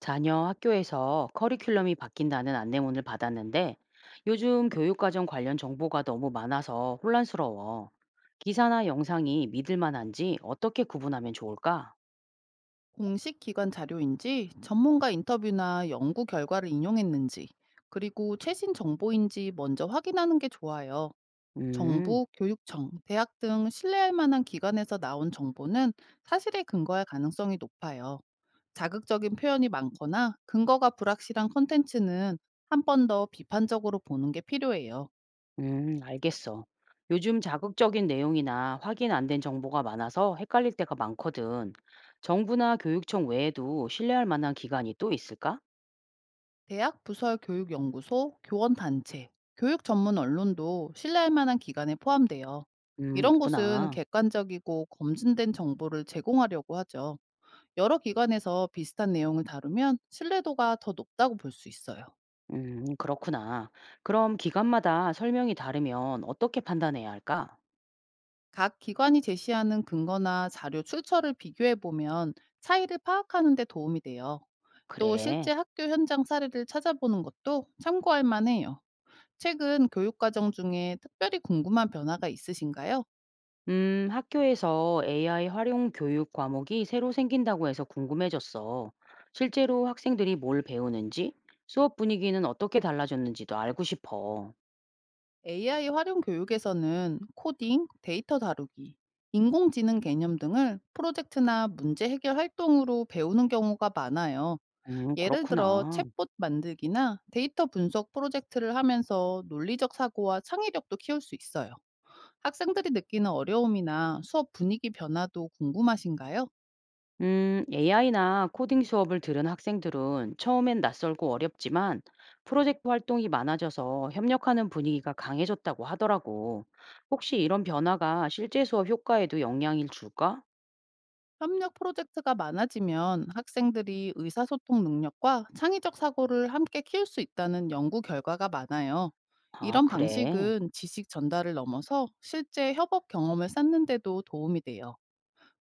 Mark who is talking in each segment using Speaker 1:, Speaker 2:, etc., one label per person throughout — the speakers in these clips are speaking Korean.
Speaker 1: 자녀 학교에서 커리큘럼이 바뀐다는 안내문을 받았는데 요즘 교육과정 관련 정보가 너무 많아서 혼란스러워. 기사나 영상이 믿을 만한지 어떻게 구분하면 좋을까?
Speaker 2: 공식 기관 자료인지 전문가 인터뷰나 연구 결과를 인용했는지 그리고 최신 정보인지 먼저 확인하는 게 좋아요.
Speaker 1: 음,
Speaker 2: 정부, 교육청, 대학 등 신뢰할 만한 기관에서 나온 정보는 사실에 근거할 가능성이 높아요. 자극적인 표현이 많거나 근거가 불확실한 컨텐츠는 한 번 더 비판적으로 보는 게 필요해요.
Speaker 1: 알겠어. 요즘 자극적인 내용이나 확인 안 된 정보가 많아서 헷갈릴 때가 많거든. 정부나 교육청 외에도 신뢰할 만한 기관이 또 있을까?
Speaker 2: 대학 부설 교육연구소, 교원단체, 교육 전문 언론도 신뢰할 만한 기관에 포함돼요. 이런 곳은
Speaker 1: 있구나.
Speaker 2: 객관적이고 검증된 정보를 제공하려고 하죠. 여러 기관에서 비슷한 내용을 다루면 신뢰도가 더 높다고 볼 수 있어요.
Speaker 1: 그렇구나. 그럼 기관마다 설명이 다르면 어떻게 판단해야 할까?
Speaker 2: 각 기관이 제시하는 근거나 자료 출처를 비교해 보면 차이를 파악하는 데 도움이 돼요. 또
Speaker 1: 그래.
Speaker 2: 실제 학교 현장 사례를 찾아보는 것도 참고할 만해요. 최근 교육과정 중에 특별히 궁금한 변화가 있으신가요?
Speaker 1: 학교에서 AI 활용 교육 과목이 새로 생긴다고 해서 궁금해졌어. 실제로 학생들이 뭘 배우는지, 수업 분위기는 어떻게 달라졌는지도 알고 싶어.
Speaker 2: AI 활용 교육에서는 코딩, 데이터 다루기, 인공지능 개념 등을 프로젝트나 문제 해결 활동으로 배우는 경우가 많아요. 예를 들어
Speaker 1: 그렇구나.
Speaker 2: 챗봇 만들기나 데이터 분석 프로젝트를 하면서 논리적 사고와 창의력도 키울 수 있어요. 학생들이 느끼는 어려움이나 수업 분위기 변화도 궁금하신가요?
Speaker 1: AI나 코딩 수업을 들은 학생들은 처음엔 낯설고 어렵지만 프로젝트 활동이 많아져서 협력하는 분위기가 강해졌다고 하더라고. 혹시 이런 변화가 실제 수업 효과에도 영향을 줄까?
Speaker 2: 협력 프로젝트가 많아지면 학생들이 의사소통 능력과 창의적 사고를 함께 키울 수 있다는 연구 결과가 많아요.
Speaker 1: 아,
Speaker 2: 이런
Speaker 1: 그래.
Speaker 2: 방식은 지식 전달을 넘어서 실제 협업 경험을 쌓는데도 도움이 돼요.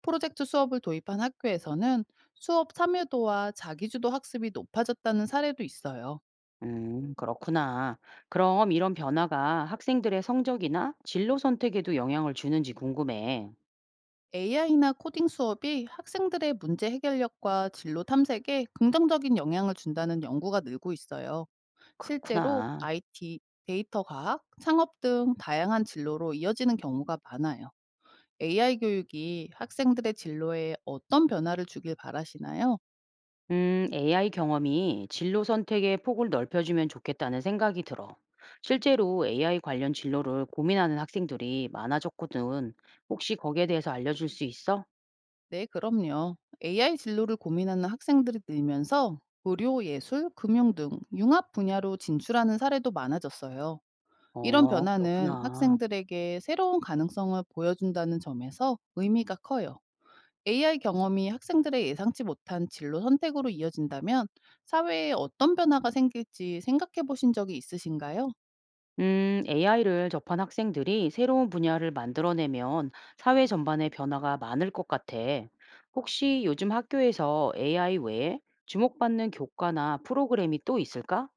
Speaker 2: 프로젝트 수업을 도입한 학교에서는 수업 참여도와 자기주도 학습이 높아졌다는 사례도 있어요.
Speaker 1: 그렇구나. 그럼 이런 변화가 학생들의 성적이나 진로 선택에도 영향을 주는지 궁금해.
Speaker 2: AI나 코딩 수업이 학생들의 문제 해결력과 진로 탐색에 긍정적인 영향을 준다는 연구가 늘고 있어요. 실제로
Speaker 1: 그렇구나.
Speaker 2: IT, 데이터 과학, 창업 등 다양한 진로로 이어지는 경우가 많아요. AI 교육이 학생들의 진로에 어떤 변화를 주길 바라시나요?
Speaker 1: AI 경험이 진로 선택의 폭을 넓혀주면 좋겠다는 생각이 들어. 실제로 AI 관련 진로를 고민하는 학생들이 많아졌거든. 혹시 거기에 대해서 알려줄 수 있어?
Speaker 2: 네, 그럼요. AI 진로를 고민하는 학생들이 늘면서 의료, 예술, 금융 등 융합 분야로 진출하는 사례도 많아졌어요. 이런
Speaker 1: 어,
Speaker 2: 변화는
Speaker 1: 그렇구나.
Speaker 2: 학생들에게 새로운 가능성을 보여준다는 점에서 의미가 커요. AI 경험이 학생들의 예상치 못한 진로 선택으로 이어진다면 사회에 어떤 변화가 생길지 생각해 보신 적이 있으신가요?
Speaker 1: AI를 접한 학생들이 새로운 분야를 만들어내면 사회 전반에 변화가 많을 것 같아. 혹시 요즘 학교에서 AI 외에 주목받는 교과나 프로그램이 또 있을까?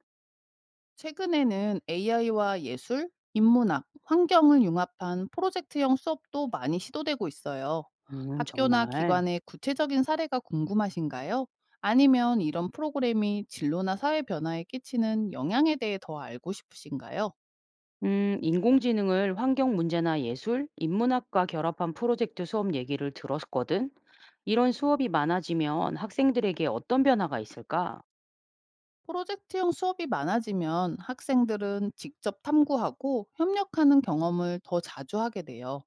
Speaker 2: 최근에는 AI와 예술, 인문학, 환경을 융합한 프로젝트형 수업도 많이 시도되고 있어요. 학교나
Speaker 1: 정말.
Speaker 2: 기관의 구체적인 사례가 궁금하신가요? 아니면 이런 프로그램이 진로나 사회 변화에 끼치는 영향에 대해 더 알고 싶으신가요?
Speaker 1: 인공지능을 환경 문제나 예술, 인문학과 결합한 프로젝트 수업 얘기를 들었거든. 이런 수업이 많아지면 학생들에게 어떤 변화가 있을까?
Speaker 2: 프로젝트형 수업이 많아지면 학생들은 직접 탐구하고 협력하는 경험을 더 자주 하게 돼요.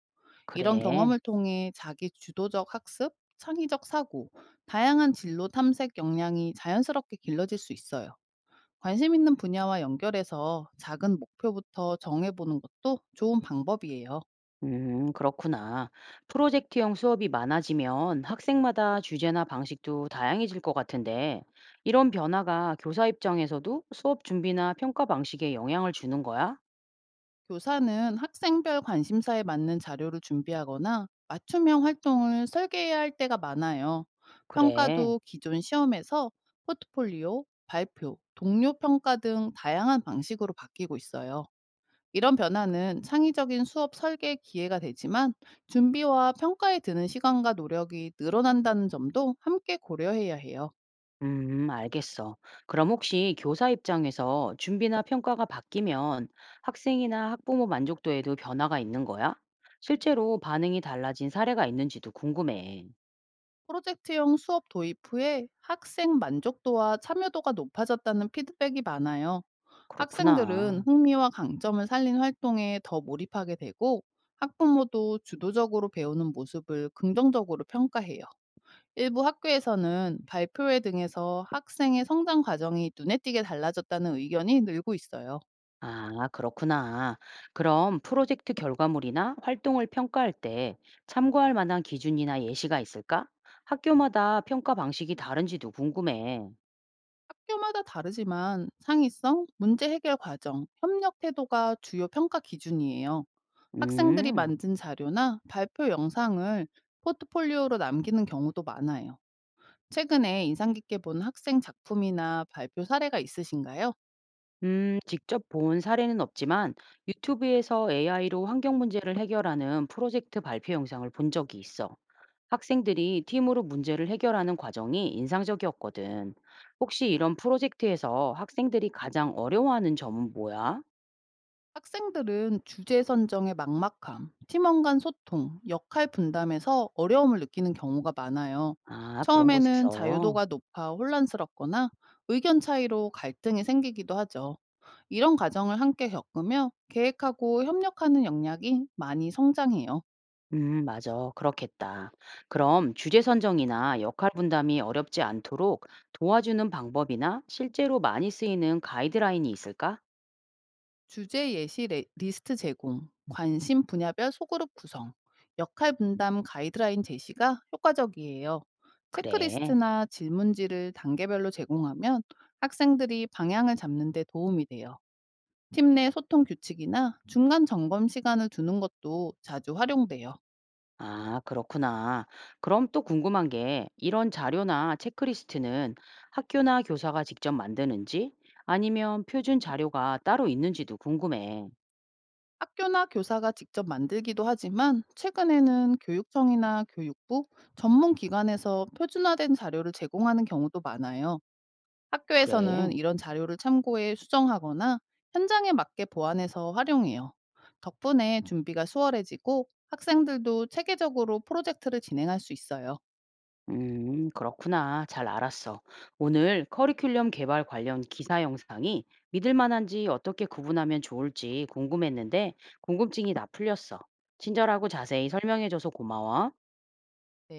Speaker 2: 이런
Speaker 1: 그래.
Speaker 2: 경험을 통해 자기 주도적 학습, 창의적 사고, 다양한 진로 탐색 역량이 자연스럽게 길러질 수 있어요. 관심 있는 분야와 연결해서 작은 목표부터 정해보는 것도 좋은 방법이에요.
Speaker 1: 그렇구나. 프로젝트형 수업이 많아지면 학생마다 주제나 방식도 다양해질 것 같은데, 이런 변화가 교사 입장에서도 수업 준비나 평가 방식에 영향을 주는 거야?
Speaker 2: 교사는 학생별 관심사에 맞는 자료를 준비하거나 맞춤형 활동을 설계해야 할 때가 많아요.
Speaker 1: 그래.
Speaker 2: 평가도 기존 시험에서 포트폴리오, 발표, 동료 평가 등 다양한 방식으로 바뀌고 있어요. 이런 변화는 창의적인 수업 설계 기회가 되지만 준비와 평가에 드는 시간과 노력이 늘어난다는 점도 함께 고려해야 해요.
Speaker 1: 알겠어. 그럼 혹시 교사 입장에서 준비나 평가가 바뀌면 학생이나 학부모 만족도에도 변화가 있는 거야? 실제로 반응이 달라진 사례가 있는지도 궁금해.
Speaker 2: 프로젝트형 수업 도입 후에 학생 만족도와 참여도가 높아졌다는 피드백이 많아요.
Speaker 1: 그렇구나.
Speaker 2: 학생들은 흥미와 강점을 살린 활동에 더 몰입하게 되고 학부모도 주도적으로 배우는 모습을 긍정적으로 평가해요. 일부 학교에서는 발표회 등에서 학생의 성장 과정이 눈에 띄게 달라졌다는 의견이 늘고 있어요.
Speaker 1: 아, 그렇구나. 그럼 프로젝트 결과물이나 활동을 평가할 때 참고할 만한 기준이나 예시가 있을까? 학교마다 평가 방식이 다른지도 궁금해.
Speaker 2: 학교마다 다르지만 창의성, 문제 해결 과정, 협력 태도가 주요 평가 기준이에요. 학생들이
Speaker 1: 음,
Speaker 2: 만든 자료나 발표 영상을 포트폴리오로 남기는 경우도 많아요. 최근에 인상 깊게 본 학생 작품이나 발표 사례가 있으신가요?
Speaker 1: 직접 본 사례는 없지만 유튜브에서 AI로 환경 문제를 해결하는 프로젝트 발표 영상을 본 적이 있어. 학생들이 팀으로 문제를 해결하는 과정이 인상적이었거든. 혹시 이런 프로젝트에서 학생들이 가장 어려워하는 점은 뭐야?
Speaker 2: 학생들은 주제 선정의 막막함, 팀원 간 소통, 역할 분담에서 어려움을 느끼는 경우가 많아요.
Speaker 1: 아, 그런
Speaker 2: 처음에는
Speaker 1: 곳에서.
Speaker 2: 자유도가 높아 혼란스럽거나 의견 차이로 갈등이 생기기도 하죠. 이런 과정을 함께 겪으며 계획하고 협력하는 역량이 많이 성장해요.
Speaker 1: 맞아. 그렇겠다. 그럼 주제 선정이나 역할 분담이 어렵지 않도록 도와주는 방법이나 실제로 많이 쓰이는 가이드라인이 있을까?
Speaker 2: 주제 예시 리스트 제공, 관심 분야별 소그룹 구성, 역할 분담 가이드라인 제시가 효과적이에요.
Speaker 1: 그래.
Speaker 2: 체크리스트나 질문지를 단계별로 제공하면 학생들이 방향을 잡는 데 도움이 돼요. 팀 내 소통 규칙이나 중간 점검 시간을 두는 것도 자주 활용돼요.
Speaker 1: 아, 그렇구나. 그럼 또 궁금한 게 이런 자료나 체크리스트는 학교나 교사가 직접 만드는지 아니면 표준 자료가 따로 있는지도 궁금해.
Speaker 2: 학교나 교사가 직접 만들기도 하지만 최근에는 교육청이나 교육부 전문 기관에서 표준화된 자료를 제공하는 경우도 많아요.
Speaker 1: 그래.
Speaker 2: 학교에서는 이런 자료를 참고해 수정하거나 현장에 맞게 보완해서 활용해요. 덕분에 준비가 수월해지고 학생들도 체계적으로 프로젝트를 진행할 수 있어요.
Speaker 1: 그렇구나. 잘 알았어. 오늘 커리큘럼 개발 관련 기사 영상이 믿을 만한지 어떻게 구분하면 좋을지 궁금했는데 궁금증이 다 풀렸어. 친절하고 자세히 설명해줘서 고마워.